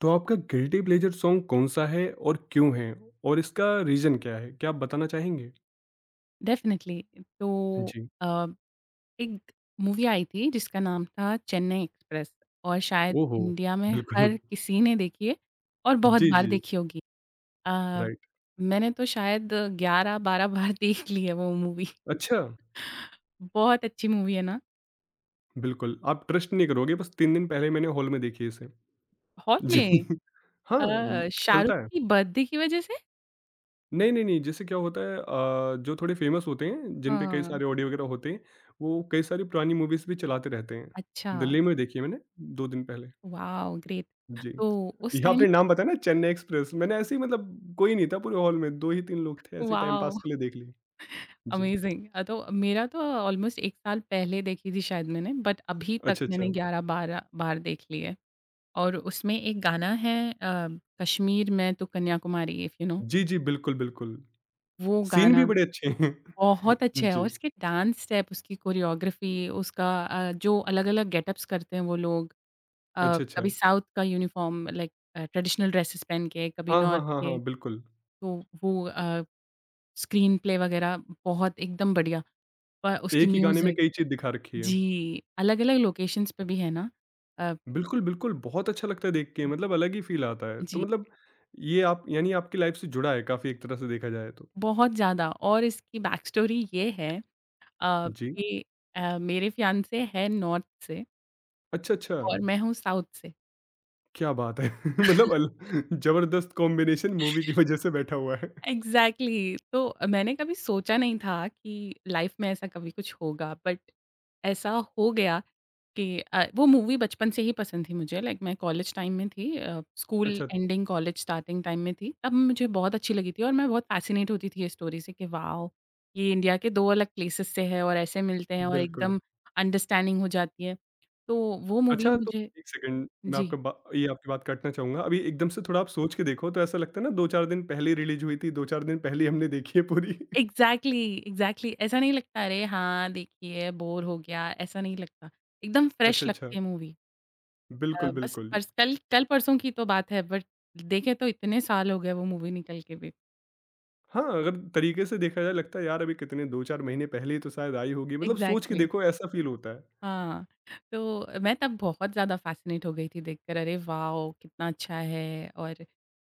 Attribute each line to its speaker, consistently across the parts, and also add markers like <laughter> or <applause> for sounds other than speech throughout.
Speaker 1: तो आपका guilty pleasure song कौन-सा है और क्यों है? और इसका रीज़न क्या है? क्या आप बताना चाहेंगे?
Speaker 2: डेफ़िनिटली। तो
Speaker 1: जी।
Speaker 2: अ, एक मूवी आई थी जिसका नाम था चेन्नई एक्सप्रेस, और शायद
Speaker 1: ओहो!
Speaker 2: इंडिया में
Speaker 1: बिल्कुल। <laughs>
Speaker 2: हर किसी ने देखी है और बहुत
Speaker 1: जी,
Speaker 2: बार
Speaker 1: जी,
Speaker 2: देखी होगी। अ,
Speaker 1: राइट।
Speaker 2: मैंने तो शायद 11-12 बार <laughs> देख ली है वो मूवी।
Speaker 1: अच्छा,
Speaker 2: <laughs> बहुत अच्छी मूवी है ना?
Speaker 1: बिल्कुल, आप ट्रस्ट नहीं करोगे बस 3 दिन पहले मैंने हॉल में देखी इसे।
Speaker 2: हॉल
Speaker 1: जी।
Speaker 2: में?
Speaker 1: <laughs> हाँ,
Speaker 2: <laughs> शाहरुख़
Speaker 1: चलता है।
Speaker 2: की बर्थडे की वज़ह से?
Speaker 1: नहीं, नहीं, नहीं, जैसे क्या होता है जो थोड़े फेमस होते हैं, जिन पे कई
Speaker 2: हाँ,
Speaker 1: सारे ऑडियो वगैरह होते हैं, वो कई सारी पुरानी मूवीज़ भी चलाते रहते हैं।
Speaker 2: अच्छा,
Speaker 1: दिल्ली में देखी है मैंने 2 दिन पहले।
Speaker 2: Wow great.
Speaker 1: जी।
Speaker 2: तो उस
Speaker 1: यहाँ
Speaker 2: टाइम
Speaker 1: आपने नाम बताया ना चेन्नई एक्सप्रेस, मैंने ऐसे ही मतलब कोई नहीं था पूरे हॉल में, 2 ही 3 लोग थे, ऐसे टाइम
Speaker 2: वॉव!
Speaker 1: पास के लिए देख लिए। जी।
Speaker 2: अमेज़िंग। तो मेरा तो ऑलमोस्ट 1 साल पहले देखी थी शायद मैंने, बट अभी तक
Speaker 1: अच्छा,
Speaker 2: मैंने
Speaker 1: अच्छा।
Speaker 2: 11-12 बार देख ली है। और उसमें एक गाना है कश्मीर में तो कन्याकुमारी, इफ यू नो
Speaker 1: जी, जी, बिल्कुल, बिल्कुल।
Speaker 2: वो
Speaker 1: सीन भी
Speaker 2: गाना
Speaker 1: बड़े अच्छे हैं। <laughs>
Speaker 2: बहुत अच्छा है। और
Speaker 1: जी।
Speaker 2: उसके डांस स्टेप, उसकी कोरियोग्राफी, उसका जो अलग-अलग गेटअप्स करते हैं वो लोग,
Speaker 1: अच्छा, अच्छा।
Speaker 2: कभी साउथ का यूनिफ़ॉर्म लाइक ट्रेडिशनल ड्रेसेस पहन के, कभी
Speaker 1: हाँ, हाँ,
Speaker 2: नॉर्थ
Speaker 1: हाँ,
Speaker 2: के।
Speaker 1: हाँ, बिल्कुल।
Speaker 2: तो वो स्क्रीन प्ले वगैरह बहुत एकदम बढ़िया। प उसकी
Speaker 1: एक ही गाने में
Speaker 2: म्यूज़िक।
Speaker 1: कई चीज़ दिखा रखी है।
Speaker 2: जी, अलग-अलग लोकेशंस पे भी है ना? अ,
Speaker 1: बिल्कुल, बिल्कुल, बहुत अच्छा लगता है देख के, मतलब अलग ही फ़ील आता है। तो
Speaker 2: जी,
Speaker 1: मतलब ये आप यानी आपकी लाइफ़ से जुड़ा है काफ़ी एक तरह से देखा जाए तो।
Speaker 2: बहुत ज़्यादा। और इसकी बैक स्टोरी ये है
Speaker 1: जी।
Speaker 2: कि मेरे फियांसे है नॉर्थ से
Speaker 1: अच्छा, अच्छा,
Speaker 2: और मैं हूँ साउथ से।
Speaker 1: क्या बात है! <laughs> मतलब अल ज़बरदस्त कॉम्बिनेशन मूवी की वजह से बैठा हुआ है।
Speaker 2: एग्ज़ैक्टली, तो मैंने कभी सोचा नहीं था कि लाइफ़ में ऐसा कभी कुछ होगा बट ऐसा हो गया। कि वो मूवी बचपन से ही पसंद थी मुझे। लाइक मैं कॉलेज टाइम में थी, स्कूल
Speaker 1: अच्छा
Speaker 2: एंडिंग कॉलेज स्टार्टिंग टाइम में थी, तब मुझे बहुत अच्छी लगी थी और मैं बहुत फ़ैसिनेट होती थी ये स्टोरी से कि वॉव! ये इंडिया के 2 अलग प्लेसेस से है और ऐसे मिलते हैं और
Speaker 1: बिल्कुल।
Speaker 2: एकदम अंडरस्टैंडिंग हो जाती है। तो वो मूवी
Speaker 1: अच्छा तो
Speaker 2: मुझे।
Speaker 1: 1 सेकंड मैं
Speaker 2: जी।
Speaker 1: आपका बा ये आपकी बात काटना चाहूँगा। अभी एकदम से थोड़ा आप सोच के देखो तो ऐसा लगता है ना 2-4 दिन पहले ही रिलीज़ हुई थी, 2-4 दिन पहले ही हमने देखी है पूरी। <laughs>
Speaker 2: एग्ज़ैक्टली, एग्ज़ैक्टली, ऐसा नहीं लगता, अरे हाँ, देखिए बोर हो गया, ऐसा नहीं लगता। एकदम फ्रेश
Speaker 1: अच्छा, अच्छा।
Speaker 2: लगती है मूवी।
Speaker 1: बिल्कुल,
Speaker 2: बस
Speaker 1: बिल्कुल।
Speaker 2: पर्स कल कल-परसों की तो बात है बट देखे तो इतने साल हो गए वो मूवी निकल के भी।
Speaker 1: हाँ, अगर तरीके से देखा जाए लगता है यार अभी कितने 2-4 महीने पहले ही तो शायद आई होगी। मतलब सोच के
Speaker 2: एग्ज़ैक्टली।
Speaker 1: देखो ऐसा फ़ील होता है।
Speaker 2: हाँ, तो मैं तब बहुत ज़्यादा फ़ैसिनेट हो गई थी देखकर अरे वॉव! कितना अच्छा है, और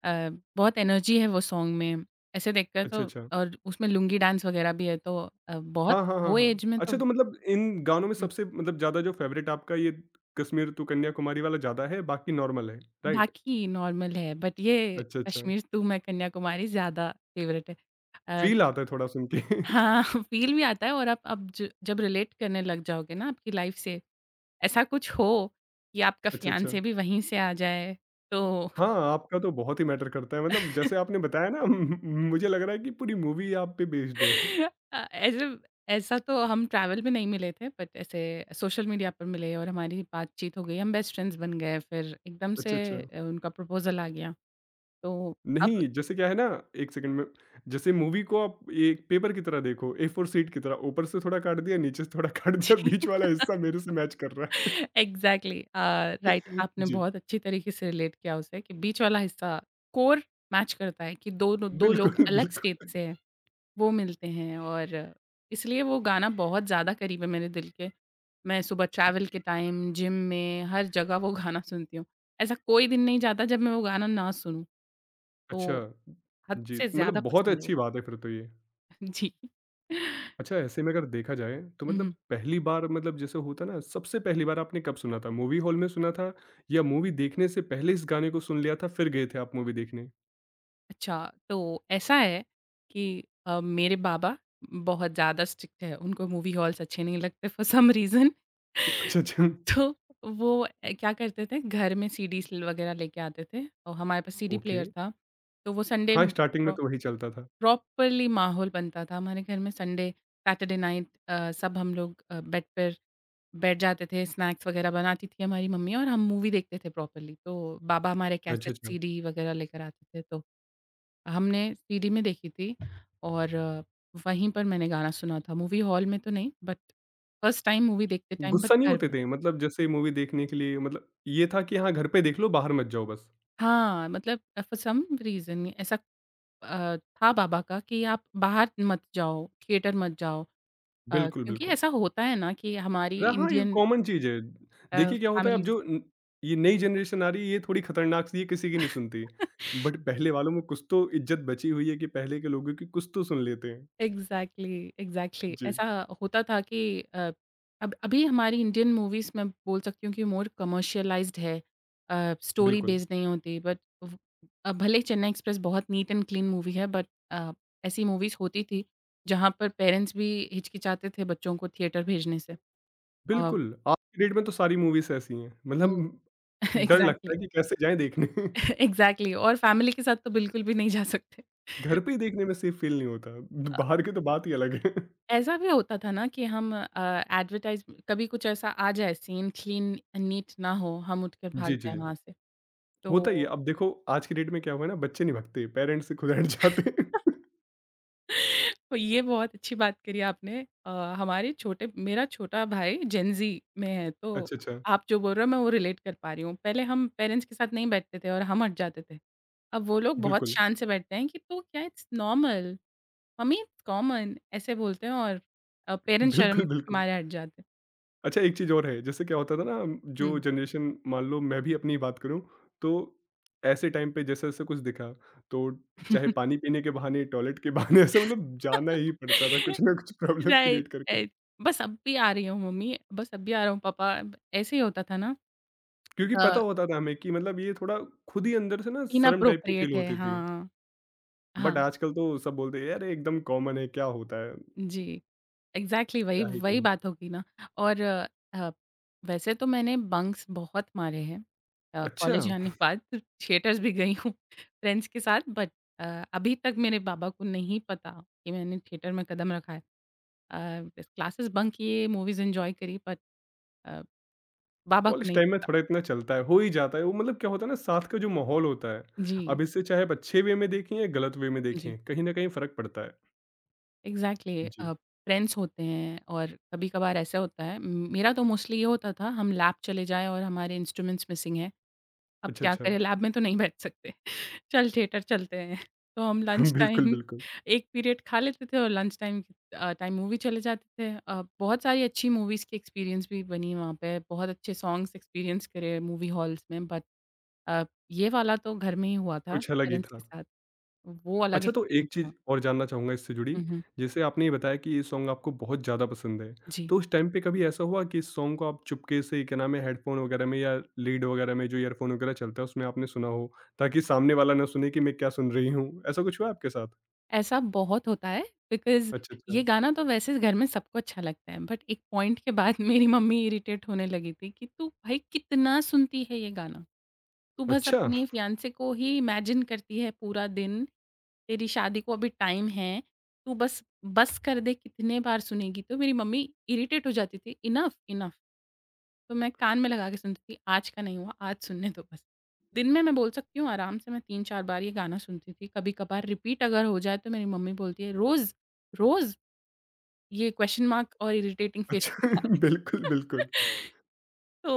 Speaker 2: अ, बहुत एनर्जी है वो सॉन्ग में। ऐसे देखकर
Speaker 1: अच्छा,
Speaker 2: तो।
Speaker 1: अच्छा।
Speaker 2: और उसमें लुंगी डांस वग़ैरह भी है, तो बहुत।
Speaker 1: हाँ, हाँ, हाँ,
Speaker 2: वो
Speaker 1: हाँ।
Speaker 2: एज में
Speaker 1: अच्छा
Speaker 2: तो।
Speaker 1: तो मतलब इन गानों में
Speaker 2: हुँ,
Speaker 1: सबसे मतलब ज़्यादा जो फ़ेवरेट आपका ये कश्मीर टू कन्याकुमारी वाला ज़्यादा है, बाकी नॉर्मल है, राइट?
Speaker 2: बाकी नॉर्मल है बट ये
Speaker 1: अच्छा, अच्छा।
Speaker 2: कश्मीर टू मैं कन्याकुमारी ज़्यादा फ़ेवरेट है। हाँ,
Speaker 1: फ़ील आता है थोड़ा सुन के। <laughs>
Speaker 2: <laughs> फ़ील भी आता है और आप अब ज जब रिलेट करने लग जाओगे ना आपकी लाइफ़ से, ऐसा कुछ हो कि आपका
Speaker 1: अच्छा,
Speaker 2: फियांसे
Speaker 1: अच्छा।
Speaker 2: भी वहीं से आ जाए, तो
Speaker 1: हाँ, आपका तो बहुत ही मैटर करता है मतलब जैसे आपने बताया ना <laughs> मुझे लग रहा है कि पूरी मूवी आप पे बेस्ड है।
Speaker 2: ऐसे ऐसा तो हम ट्रैवल में नहीं मिले थे बट ऐसे सोशल मीडिया पर मिले और हमारी बातचीत हो गई, हम बेस्ट फ्रेंड्स बन गए फिर एकदम से
Speaker 1: अच्छा, अच्छा।
Speaker 2: उनका प्रपोजल आ गया। तो अब।
Speaker 1: नहीं, जैसे क्या है ना 1 सेकंड में जैसे मूवी को आप एक पेपर की तरह देखो, ए 4 शीट की तरह ऊपर से थोड़ा काट दिया, नीचे से थोड़ा <laughs> काट दिया, बीच वाला
Speaker 2: <laughs>
Speaker 1: हिस्सा मेरे से मैच कर रहा है।
Speaker 2: जी, एग्जैक्टली राइट,
Speaker 1: <laughs>
Speaker 2: आपने
Speaker 1: जी,
Speaker 2: बहुत अच्छी तरीके से रिलेट किया उसे कि बीच वाला हिस्सा कोर मैच करता है, कि दो दो
Speaker 1: बिल्कुल,
Speaker 2: लोग अलग स्टेट
Speaker 1: बिल्कुल।
Speaker 2: से हैं, वो मिलते हैं और इसलिए वो गाना बहुत ज़्यादा करीब है मेरे दिल के। मैं सुबह ट्रैवल के टाइम, जिम में, हर जगह वो गाना सुनती हूँ। ऐसा कोई दिन नहीं जाता जब मैं वो गाना ना सुनूँ,
Speaker 1: अच्छा,
Speaker 2: तो हद
Speaker 1: जी
Speaker 2: से ज़्यादा
Speaker 1: मतलब बहुत
Speaker 2: पसंद है वो।
Speaker 1: अच्छी बात है फिर तो ये।
Speaker 2: <laughs> जी।
Speaker 1: अच्छा ऐसे में अगर देखा जाए तो मतलब
Speaker 2: हुँ,
Speaker 1: पहली बार मतलब जैसे होता ना सबसे पहली बार आपने कब सुना था? मूवी हॉल में सुना था या मूवी देखने से पहले इस गाने को सुन लिया था फिर गए थे आप मूवी देखने?
Speaker 2: अच्छा तो ऐसा है कि मेरे बाबा बहुत ज़्यादा स्ट्रिक्ट है, उनको मूवी हॉल्स अच्छे नहीं लगते फॉर सम रीज़न। <laughs>
Speaker 1: अच्छा, अच्छा।
Speaker 2: तो वो क्या करते थे घर में सीडीज़ वग़ैरह लेके आते थे और हमारे पास सीडी
Speaker 1: ओके।
Speaker 2: प्लेयर था। तो वो संडे
Speaker 1: हाँ, स्टार्टिंग में
Speaker 2: प्रो
Speaker 1: तो वही चलता था।
Speaker 2: प्रॉपरली माहौल बनता था हमारे घर में। संडे, सैटरडे नाइट सब हम लोग बेड पर बैठ जाते थे, स्नैक्स वग़ैरह बनाती थी हमारी मम्मी और हम मूवी देखते थे प्रॉपरली। तो बाबा हमारे
Speaker 1: अच्छा,
Speaker 2: कैसेट
Speaker 1: अच्छा।
Speaker 2: सीडी वग़ैरह लेकर आते थे, तो हमने सीडी में देखी थी। और वहीं पर मैंने गाना सुना था। मूवी हॉल में तो नहीं बट फर्स्ट टाइम मूवी देखते टाइम बट
Speaker 1: गुस्सा नहीं
Speaker 2: घर
Speaker 1: होते
Speaker 2: में।
Speaker 1: थे? मतलब जैसे मूवी देखने के लिए मतलब ये था कि हाँ, घर पे देख लो बाहर मत जाओ बस।
Speaker 2: हाँ, मतलब फ़ॉर सम रीज़न ऐसा था बाबा का कि आप बाहर मत जाओ, थिएटर मत जाओ।
Speaker 1: बिल्कुल,
Speaker 2: क्योंकि
Speaker 1: बिल्कुल।
Speaker 2: ऐसा होता है ना कि हमारी
Speaker 1: र हाँ, ये
Speaker 2: इंडियन
Speaker 1: कॉमन चीज़ है। देखिए क्या होता है अब
Speaker 2: फैमिलीज़।
Speaker 1: जो न ये नई जनरेशन आ रही है ये थोड़ी खतरनाक सी है किसी की नहीं सुनती। बट पहले वालों में कुछ तो इज़्ज़त बची हुई है कि पहले के लोगों की कुछ तो सुन लेते हैं।
Speaker 2: Exactly, exactly. <laughs>
Speaker 1: जी,
Speaker 2: ऐसा होता था कि अ, अब अभी हमारी इंडियन मूवीज़ मैं बोल सकती हूँ कि मोर कमर्शियलाइज़्ड है। स्टोरी
Speaker 1: बिल्कुल।
Speaker 2: बेस्ड नहीं होती। बट व भले ही चेन्नई एक्सप्रेस बहुत नीट एंड क्लीन मूवी है, बट अ, ऐसी मूवीज़ होती थी, जहाँ पर पेरेंट्स भी हिचकिचाते थे बच्चों को थिएटर भेजने से। अ,
Speaker 1: बिल्कुल, आज की डेट में तो सारी मूवीज़ ऐसी हैं।
Speaker 2: हुँ,
Speaker 1: मतलब डर लगता
Speaker 2: एग्ज़ैक्टली,
Speaker 1: है कि कैसे जाएँ देखने। <laughs>
Speaker 2: एग्ज़ैक्टली। <laughs> <laughs> और फैमिली के साथ तो बिल्कुल भी नहीं जा सकते।
Speaker 1: घर पे ही देखने में सेफ फील नहीं होता।
Speaker 2: अ,
Speaker 1: बाहर की तो बात ही अलग है। <laughs>
Speaker 2: ऐसा भी होता था ना कि हम एडवर्टाइज़ कभी कुछ ऐसा आ जाए, सीन क्लीन नीट ना हो, हम उठकर भाग
Speaker 1: जी, जी,
Speaker 2: जाएँ
Speaker 1: जी।
Speaker 2: वहाँ से।
Speaker 1: होता ही है।
Speaker 2: तो
Speaker 1: अब देखो आज की डेट में क्या हुआ है ना बच्चे नहीं भगते, पेरेंट्स से खुद हट जाते हैं। <laughs>
Speaker 2: <laughs> तो ये बहुत अच्छी बात करी आपने। अ, हमारे छोटे मेरा छोटा भाई जेन ज़ी में है, तो
Speaker 1: अच्छा, अच्छा।
Speaker 2: आप जो बोल रहे हो मैं वो रिलेट कर पा रही हूँ। पहले हम पेरेंट्स के साथ नहीं बैठते थे और हम हट जाते थे। अब वो लोग बहुत
Speaker 1: बिल्कुल।
Speaker 2: शान से बैठते हैं कि तो क्या, it's normal. Mummy it's common ऐसे बोलते हैं, और पेरेंट्स शर्म
Speaker 1: बिल्कुल,
Speaker 2: के
Speaker 1: बिल्कुल।
Speaker 2: मारे हट जाते हैं।
Speaker 1: अच्छा एक चीज़ और है, जैसे क्या होता था ना जो
Speaker 2: हुँ।
Speaker 1: जनरेशन मान लो मैं भी अपनी बात करूँ, तो ऐसे टाइम पे जैसा-जैसा कुछ दिखा, तो चाहे पानी पीने के बहाने, टॉयलेट के बहाने ऐसे मतलब जाना ही पड़ता था
Speaker 2: <laughs>
Speaker 1: कुछ ना कुछ प्रॉब्लम
Speaker 2: राइट,
Speaker 1: क्रिएट करके।
Speaker 2: राइट। बस अब भी आ रही हूँ मम्मी, बस अब भी आ रहा हूँ पापा, ऐसे ही होता था ना।
Speaker 1: क्योंकि
Speaker 2: अ,
Speaker 1: पता होता था हमें कि मतलब ये थोड़ा खुद ही अंदर से ना शर्म टाइप की फील
Speaker 2: इनअप्रोप्रिएट है,
Speaker 1: होती थी।
Speaker 2: हाँ,
Speaker 1: बट
Speaker 2: हाँ,
Speaker 1: आजकल तो सब बोलते हैं, "अरे! एकदम कॉमन है, क्या होता है?
Speaker 2: जी। एग्ज़ैक्टली, वही
Speaker 1: क्या ही
Speaker 2: वही
Speaker 1: कहें।"
Speaker 2: बात होगी ना। और अ, वैसे तो मैंने बंक्स बहुत मारे हैं,
Speaker 1: अच्छा।
Speaker 2: कॉलेज जाने के बाद थिएटर्स भी गई हूँ फ्रेंड्स के साथ, बट अभी तक मेरे पापा को नहीं पता कि मैंने थिएटर में कदम रखा है। अ, क्लासेस बंक किए, मूवीज़ एन्जॉय करी, बट अ, बाबा को
Speaker 1: कॉलेज
Speaker 2: नहीं
Speaker 1: टाइम में
Speaker 2: पता।
Speaker 1: थोड़ा इतना चलता है, हो ही जाता है। वो मतलब क्या होता है ना साथ का जो माहौल होता है,
Speaker 2: जी,
Speaker 1: अब इससे चाहे आप अच्छे वे में देखें या गलत वे में
Speaker 2: जी,
Speaker 1: देखें, कहीं न कहीं फ़र्क पड़ता है।
Speaker 2: एग्ज़ैक्टली।
Speaker 1: जी।
Speaker 2: फ्रेंड्स होते हैं और कभी-कभार ऐसा होता है, म मेरा तो मोस्टली ये होता था हम लैब चले जाएँ और हमारे इंस्ट्रूमेंट्स मिसिंग हैं। अब
Speaker 1: अच्छा,
Speaker 2: क्या
Speaker 1: अच्छा।
Speaker 2: करें, लैब में तो नहीं बैठ सकते। <laughs> चल, थिएटर चलते हैं। तो हम लंच
Speaker 1: <laughs> बिल्कुल,
Speaker 2: टाइम <laughs>
Speaker 1: बिल्कुल।
Speaker 2: एक पीरियड खा लेते थे और लंच टाइम अ, टाइम मूवी चले जाते थे। बहुत सारी अच्छी मूवीज़ की एक्सपीरियंस भी बनी वहाँ पे। बहुत अच्छे सॉन्ग्स एक्सपीरियंस करे मूवी हॉल्स में, बट अ, ये वाला तो घर में ही हुआ था
Speaker 1: कुछ अलग ही
Speaker 2: पेरेंट्स के
Speaker 1: था।
Speaker 2: साथ, वो अलग
Speaker 1: अच्छा तो
Speaker 2: एक्सपीरियंस
Speaker 1: एक चीज़
Speaker 2: था।
Speaker 1: और जानना चाहूँगा इससे जुड़ी,
Speaker 2: हुँ, हुँ।
Speaker 1: जैसे आपने ये बताया कि ये सॉन्ग आपको बहुत ज़्यादा पसंद है,
Speaker 2: जी,
Speaker 1: तो उस टाइम पे कभी ऐसा हुआ कि इस सॉन्ग को आप चुपके से क्या नाम है हेडफ़ोन वगैरह में या लीड वगैरह में जो ईयरफ़ोन वगैरह चलता है उसमें आपने सुना हो, ताकि सामने वाला ना सुने कि मैं क्या सुन रही हूँ? ऐसा कुछ हुआ आपके साथ?
Speaker 2: ऐसा बहुत होता है बिकॉज़
Speaker 1: अच्छा, अच्छा।
Speaker 2: ये गाना तो वैसे घर में सबको अच्छा लगता है, बट एक पॉइंट के बाद <laughs> मेरी मम्मी इरिटेट होने लगी थी कि तू भाई कितना सुनती है ये गाना? तू बस
Speaker 1: अच्छा!
Speaker 2: अपने फियांसे को ही इमेजिन करती है पूरा दिन, तेरी शादी को अभी टाइम है, तू बस बस कर दे, कितने बार सुनेगी? तो मेरी मम्मी इरिटेट हो जाती थी, इनफ, इनफ। तो मैं कान में लगा के सुनती थी, आज का नहीं हुआ, आज सुनने दो बस। दिन में मैं बोल सकती हूँ आराम से मैं 3-4 बार ये गाना सुनती थी, कभी-कभार रिपीट अगर हो जाए तो मेरी मम्मी बोलती है, "रोज़, रोज़ ये क्वेश्चन मार्क और इरिटेटिंग फेस के
Speaker 1: अच्छा
Speaker 2: साथ।"
Speaker 1: <laughs> बिल्कुल, बिल्कुल।
Speaker 2: <laughs>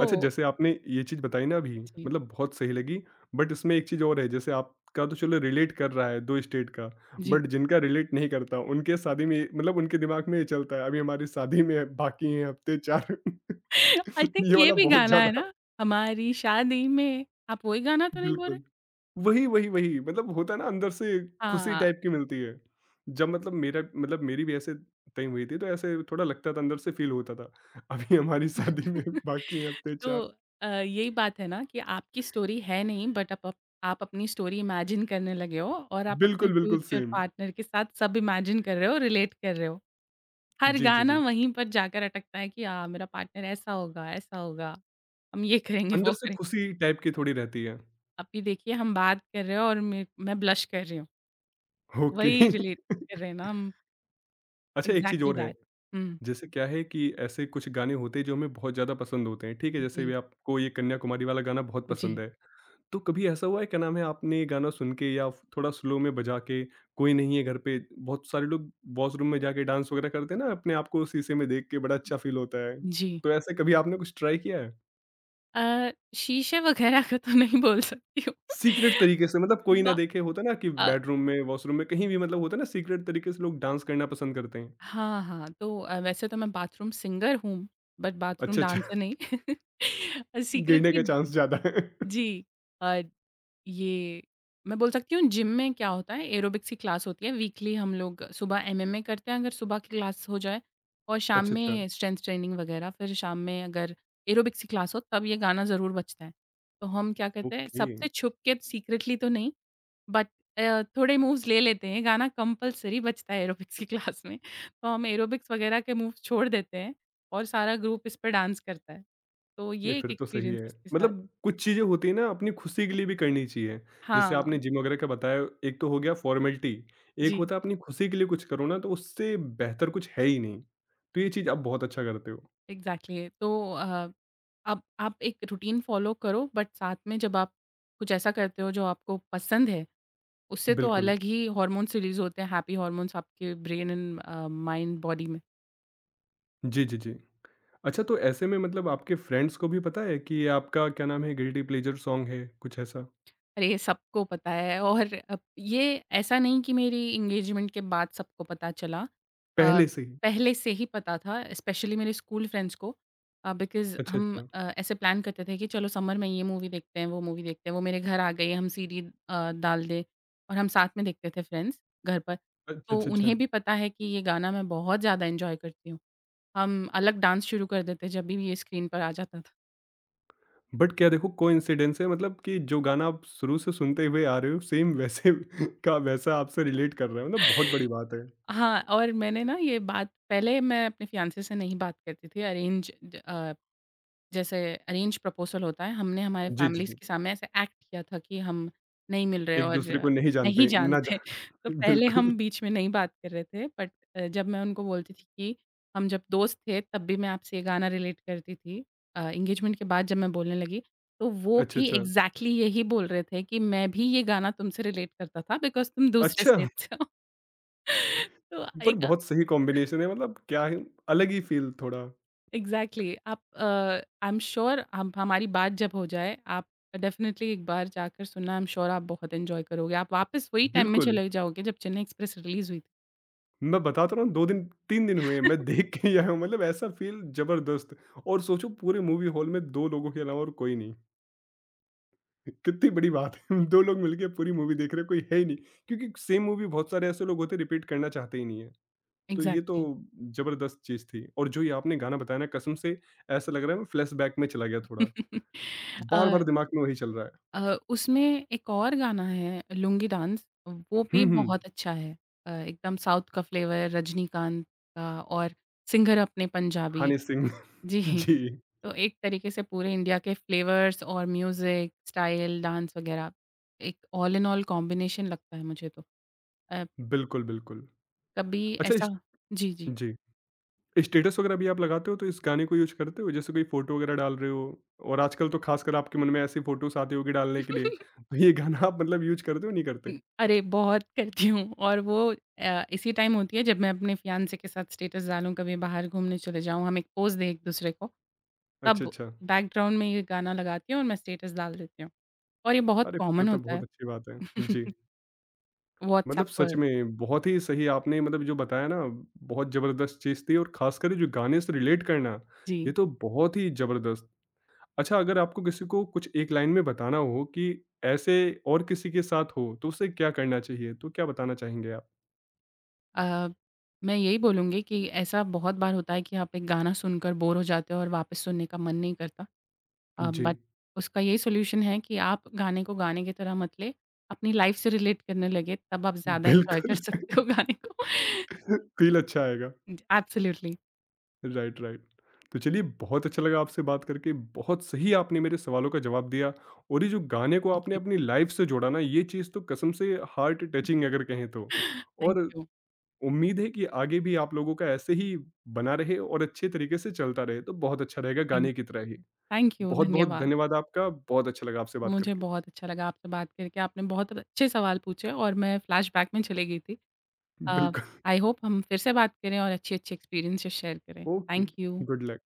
Speaker 1: अच्छा जैसे आपने ये चीज़ बताई ना अभी,
Speaker 2: जी,
Speaker 1: मतलब बहुत सही लगी, बट इसमें एक चीज़ और है जैसे आपका तो चलो रिलेट कर रहा है 2 स्टेट का,
Speaker 2: जी।
Speaker 1: बट जिनका रिलेट नहीं करता उनके शादी में मतलब उनके दिमाग में ये चलता है अभी हमारी शादी में है बाकी हैं हफ्ते 4
Speaker 2: <laughs> आई
Speaker 1: <laughs>
Speaker 2: थिंक
Speaker 1: ये
Speaker 2: ये
Speaker 1: वाला
Speaker 2: भी
Speaker 1: बहुत
Speaker 2: गाना है
Speaker 1: ज़्यादा
Speaker 2: ना, हमारी शादी में आप वही गाना तो नहीं बोल रहे?
Speaker 1: बिल्कुल। वही, वही, वही मतलब होता है ना अंदर से खुशी
Speaker 2: हाँ।
Speaker 1: टाइप की मिलती है। जब मतलब मेरा मतलब मेरी भी ऐसे तय हुई थी तो ऐसे थोड़ा लगता था अंदर से फील होता था, अभी हमारी शादी में बाकी हैं
Speaker 2: <laughs>
Speaker 1: हफ्ते
Speaker 2: तो
Speaker 1: 4
Speaker 2: यही बात है ना कि आपकी स्टोरी है नहीं बट आप अपनी स्टोरी इमेजिन करने लगे हो और आप अपने
Speaker 1: बिल्कुल, बिल्कुल
Speaker 2: फ्यूचर
Speaker 1: सेम।
Speaker 2: पार्टनर के साथ सब इमेजिन कर रहे हो, रिलेट कर रहे हो। हर
Speaker 1: जी, जी,
Speaker 2: गाना
Speaker 1: जी।
Speaker 2: वहीं पर जाकर अटकता है कि हाँ, मेरा पार्टनर ऐसा होगा, हम ये करेंगे, वो
Speaker 1: अंदर से
Speaker 2: करेंगे।
Speaker 1: खुशी टाइप की थोड़ी रहती है।
Speaker 2: अभी देखिए हम बात कर रहे हो और मैं ब्लश कर रही हूँ।
Speaker 1: ओके।
Speaker 2: वही
Speaker 1: <laughs>
Speaker 2: रिलेट कर रहे हैं ना हम,
Speaker 1: अच्छा एक चीज़
Speaker 2: एग्ज़ैक्टली
Speaker 1: और है,
Speaker 2: दैट। हुँ,
Speaker 1: जैसे क्या है कि ऐसे कुछ गाने होते हैं जो हमें बहुत ज़्यादा पसंद होते हैं, ठीक है? जैसे भी
Speaker 2: जी,
Speaker 1: आपको ये कन्याकुमारी वाला गाना बहुत
Speaker 2: जी,
Speaker 1: पसंद है। तो कभी ऐसा हुआ है क्या नाम है आपने ये गाना सुन के या फ थोड़ा स्लो में बजा के, कोई नहीं है घर पे, बहुत सारे लोग वॉशरूम में जाके डांस वगैरह करते हैं ना, अपने आप को शीशे में देख के बड़ा अच्छा फ़ील होता है।
Speaker 2: जी।
Speaker 1: तो ऐसे कभी आपने कुछ ट्राई किया है?
Speaker 2: शीशे वगैरह का तो नहीं बोल सकती हूँ।
Speaker 1: सीक्रेट
Speaker 2: <laughs>
Speaker 1: तरीके से मतलब कोई ना
Speaker 2: बा
Speaker 1: देखे होता है ना कि
Speaker 2: अ,
Speaker 1: बेडरूम में, वॉशरूम में कहीं भी मतलब होता है ना सीक्रेट तरीके से लोग डांस करना पसंद करते हैं।
Speaker 2: हाँ, हाँ, तो वैसे तो मैं बाथरूम सिंगर हूँ, बट बाथरूम
Speaker 1: अच्छा, अच्छा
Speaker 2: डांसर नहीं। <laughs>
Speaker 1: <laughs> गिरने
Speaker 2: सीक्रेटली
Speaker 1: का चांस
Speaker 2: ज
Speaker 1: ज़्यादा है। <laughs>
Speaker 2: जी। अ, ये मैं बोल सकती हूँ, जिम में क्या होता है एरोबिक्स की क्लास होती है वीकली, हम लोग सुबह एमएमए करते हैं अगर सुबह की क्लास हो जाए, और शाम
Speaker 1: अच्छा, अच्छा
Speaker 2: में स्ट्रेंथ ट्रेनिंग वगैरह, फिर शाम में अगर एरोबिक्स की क्लास हो तब ये गाना ज़रूर बजता है। तो हम क्या कहते हैं,
Speaker 1: ओके।
Speaker 2: सबसे छुप के सीक्रेटली तो नहीं बट थोड़े मूव्स ले लेते हैं, गाना कंपल्सरी बजता है एरोबिक्स की क्लास में। तो हम एरोबिक्स वगैरह के मूव्स छोड़ देते हैं और सारा ग्रुप इस पे डांस करता है। तो
Speaker 1: नहीं
Speaker 2: ये एक
Speaker 1: फिर तो सही
Speaker 2: एक्सपीरियंस
Speaker 1: है।
Speaker 2: इसके साथ।
Speaker 1: मतलब कुछ चीज़ें होती है ना अपनी खुशी के लिए भी करनी चाहिए। जैसे
Speaker 2: हाँ,
Speaker 1: आपने जिम वगैरह का बताया एक तो हो गया फॉर्मेलिटी, एक
Speaker 2: जी,
Speaker 1: होता है अपनी खुशी के लिए कुछ करो ना तो उससे बेहतर कुछ है ही नहीं। तो ये चीज़ आप बहुत अच्छा करते हो।
Speaker 2: एग्ज़ैक्टली। तो अब आप एक रूटीन फ़ॉलो करो बट साथ में जब आप कुछ ऐसा करते हो जो आपको पसंद है, उससे तो
Speaker 1: बिल्कुल।
Speaker 2: अलग ही हॉर्मोन्स रिलीज़ होते हैं, हैप्पी हॉर्मोन्स आपके ब्रेन एंड माइंड बॉडी में।
Speaker 1: जी, जी, जी। अच्छा, तो ऐसे में मतलब आपके फ्रेंड्स को भी पता है कि ये आपका क्या नाम है गिल्टी प्लेज़र सॉन्ग है, कुछ ऐसा?
Speaker 2: अरे! सबको पता है, और अब ये ऐसा नहीं कि मेरी एंगेजमेंट के बाद सबको पता चला। अ,
Speaker 1: पहले से ही?
Speaker 2: पहले से ही पता था, स्पेशली मेरे स्कूल फ्रेंड्स को, बिकॉज़
Speaker 1: अच्छा,
Speaker 2: हम
Speaker 1: अच्छा।
Speaker 2: ऐसे प्लान करते थे कि चलो समर में ये मूवी देखते हैं, वो मूवी देखते हैं। वो मेरे घर आ गए, हम सीडी डाल दें, और हम साथ में देखते थे फ्रेंड्स घर पर।
Speaker 1: अच्छा,
Speaker 2: तो
Speaker 1: अच्छा, अच्छा।
Speaker 2: उन्हें भी पता है कि ये गाना मैं बहुत ज़्यादा एन्जॉय करती हूँ। हम अलग डांस शुरू कर देते जब भी ये स्क्रीन पर आ जाता था।
Speaker 1: बट क्या देखो कोइंसिडेंस है मतलब कि जो गाना आप शुरू से सुनते हुए आ रहे हो सेम वैसे <laughs> का वैसा आपसे रिलेट कर रहा है, मतलब बहुत बड़ी
Speaker 2: <laughs>
Speaker 1: बात है।
Speaker 2: हाँ, और मैंने ना ये बात, पहले मैं अपने फियांसे से नहीं बात करती थी अरेंज जैसे अरेंज प्रपोज़ल होता है, हमने हमारे
Speaker 1: जी, जी,
Speaker 2: फैमिलीज़
Speaker 1: जी।
Speaker 2: के सामने ऐसे एक्ट किया था कि हम नहीं मिल रहे और
Speaker 1: एक-दूसरे को नहीं
Speaker 2: नहीं
Speaker 1: जानते, ना
Speaker 2: जानते। <laughs> तो
Speaker 1: जान <laughs>
Speaker 2: पहले
Speaker 1: बिल्कुल।
Speaker 2: हम बीच में नहीं बात कर रहे थे, बट जब मैं उनको बोलती थी कि हम जब दोस्त थे तब भी मैं आपसे ये गाना रिलेट करती थी, एंगेजमेंट के बाद जब मैं बोलने लगी, तो वो
Speaker 1: अच्छा,
Speaker 2: भी
Speaker 1: अच्छा।
Speaker 2: एग्ज़ैक्टली यही बोल रहे थे कि मैं भी ये गाना तुमसे रिलेट करता था बिकॉज़ तुम दूसरे
Speaker 1: अच्छा!
Speaker 2: स्टेट से हो। <laughs> तो
Speaker 1: पर
Speaker 2: एक,
Speaker 1: बहुत सही कॉम्बिनेशन है मतलब क्या है अलग ही फ़ील थोड़ा।
Speaker 2: एग्ज़ैक्टली। आप आई एम श्योर, हम हमारी बात जब हो जाए, आप डेफ़िनिटली एक बार जाकर सुनना, आई एम श्योर आप बहुत एन्जॉय करोगे। आप वापस वही टाइम में
Speaker 1: बिल्कुल।
Speaker 2: चले जाओगे जब चेन्नई एक्सप्रेस रिलीज़ हुई थी।
Speaker 1: मैं बताता रहा हूँ 2 दिन 3 दिन हुए हैं, मैं
Speaker 2: <laughs>
Speaker 1: देख के ही आया हूँ मतलब ऐसा फ़ील ज़बरदस्त और सोचो पूरे मूवी हॉल में 2 लोगों के अलावा और कोई नहीं। कितनी बड़ी बात है <laughs> 2 लोग मिलके पूरी मूवी देख रहे हैं, कोई है ही नहीं क्योंकि सेम मूवी बहुत सारे ऐसे लोग होते हैं रिपीट करना चाहते ही नहीं है। तो ये तो
Speaker 2: एग्ज़ैक्टली।
Speaker 1: ज़बरदस्त चीज़ थी और जो ये आपने गाना बताया ना कसम से ऐसा लग रहा है मैं फ्लैशबैक में चला गया थोड़ा।
Speaker 2: <laughs> अ
Speaker 1: बार-बार दिमाग में वही चल रहा है।
Speaker 2: उसमें एक और गाना है लुंगी डांस, वो भी
Speaker 1: हुँ, हुँ,
Speaker 2: बहुत अच्छा है। एकदम साउथ का फ्लेवर रजनीकांत का, और सिंगर अपने पंजाबी।
Speaker 1: हनी सिंह <laughs>
Speaker 2: जी।
Speaker 1: जी,
Speaker 2: तो एक तरीके से पूरे इंडिया के फ्लेवर्स और म्यूज़िक, स्टाइल, डांस वगैरह, एक ऑल इन ऑल कॉम्बिनेशन लगता है मुझे तो। अ,
Speaker 1: बिल्कुल, बिल्कुल।
Speaker 2: कभी
Speaker 1: अच्छा इस
Speaker 2: ऐसा। जी, जी।
Speaker 1: जी। स्टेटस वगैरह भी आप लगाते हो तो इस गाने को यूज करते हो? जैसे कोई फोटो वगैरह डाल रहे हो और आजकल तो खासकर आपके मन में ऐसी फोटोस आती होगी डालने के लिए,
Speaker 2: <laughs>
Speaker 1: तो ये गाना आप मतलब यूज करते हो नहीं करते?
Speaker 2: हुँ, अरे! बहुत करती हूँ, और वो इसी टाइम होती है जब मैं अपने फियांसे के साथ स्टेटस डालूँ, कभी बाहर घूमने चले जाऊँ, हम एक पोज़ दें एक-दूसरे को,
Speaker 1: अच्छा,
Speaker 2: तब
Speaker 1: अच्छा।
Speaker 2: बैकग्राउंड में ये गाना लगाती हूँ और मैं स्टेटस डाल देती हूँ, और ये बहुत
Speaker 1: अरे! फिर
Speaker 2: कॉमन
Speaker 1: तो
Speaker 2: होता
Speaker 1: बहुत
Speaker 2: है,
Speaker 1: अच्छी बात है। जी,
Speaker 2: <laughs> व्हाट्सऐप
Speaker 1: मतलब सच
Speaker 2: पर।
Speaker 1: में बहुत ही सही आपने मतलब जो बताया ना बहुत ज़बरदस्त चीज़ थी और खासकर जो गाने से रिलेट करना,
Speaker 2: जी।
Speaker 1: ये तो बहुत ही ज़बरदस्त। अच्छा अगर आपको किसी को कुछ एक लाइन में बताना हो कि ऐसे और किसी के साथ हो, तो उसे क्या करना चाहिए? तो क्या बताना चाहेंगे आप?
Speaker 2: अ, मैं यही बोलूँगी कि ऐसा बहुत बार होता है कि आप एक गाना सुनकर बोर हो जाते हो और वापस सुनने का मन नहीं करता।
Speaker 1: जी,
Speaker 2: बट उसका यही सॉल्यूशन है कि आप गाने को गाने की तरह मत लें, अपनी लाइफ़ से रिलेट करने लगे, तब आप ज़्यादा एन्जॉय कर
Speaker 1: बिल्कुल।
Speaker 2: <laughs> सकते हो
Speaker 1: <laughs>
Speaker 2: गाने को। <laughs>
Speaker 1: फ़ील अच्छा आएगा।
Speaker 2: एब्सोल्युटली।
Speaker 1: Right, right. तो चलिए बहुत अच्छा लगा आपसे बात करके, बहुत सही आपने मेरे सवालों का जवाब दिया और ये जो गाने को
Speaker 2: थैंक
Speaker 1: आपने
Speaker 2: यू।
Speaker 1: अपनी लाइफ़ से जोड़ा ना ये चीज़ तो कसम से हार्ट टचिंग अगर कहें तो।
Speaker 2: थैंक
Speaker 1: और
Speaker 2: यू,
Speaker 1: उम्मीद है कि आगे भी आप लोगों का ऐसे ही बना रहे और अच्छे तरीके से चलता रहे तो बहुत अच्छा रहेगा
Speaker 2: थैंक
Speaker 1: गाने की तरह ही।
Speaker 2: थैंक यू,
Speaker 1: बहुत-बहुत
Speaker 2: धन्यवाद।
Speaker 1: धन्यवाद आपका, बहुत अच्छा लगा आपसे बात
Speaker 2: मुझे
Speaker 1: करके।
Speaker 2: बहुत अच्छा लगा आपसे बात करके, आपने बहुत अच्छे सवाल पूछे और मैं फ्लैशबैक में चली गई थी। अ,
Speaker 1: बिल्कुल,
Speaker 2: आई होप हम फिर से बात करें और अच्छे-अच्छे एक्सपीरियंसेस शेयर करें।
Speaker 1: Okay,
Speaker 2: thank you.
Speaker 1: Good luck.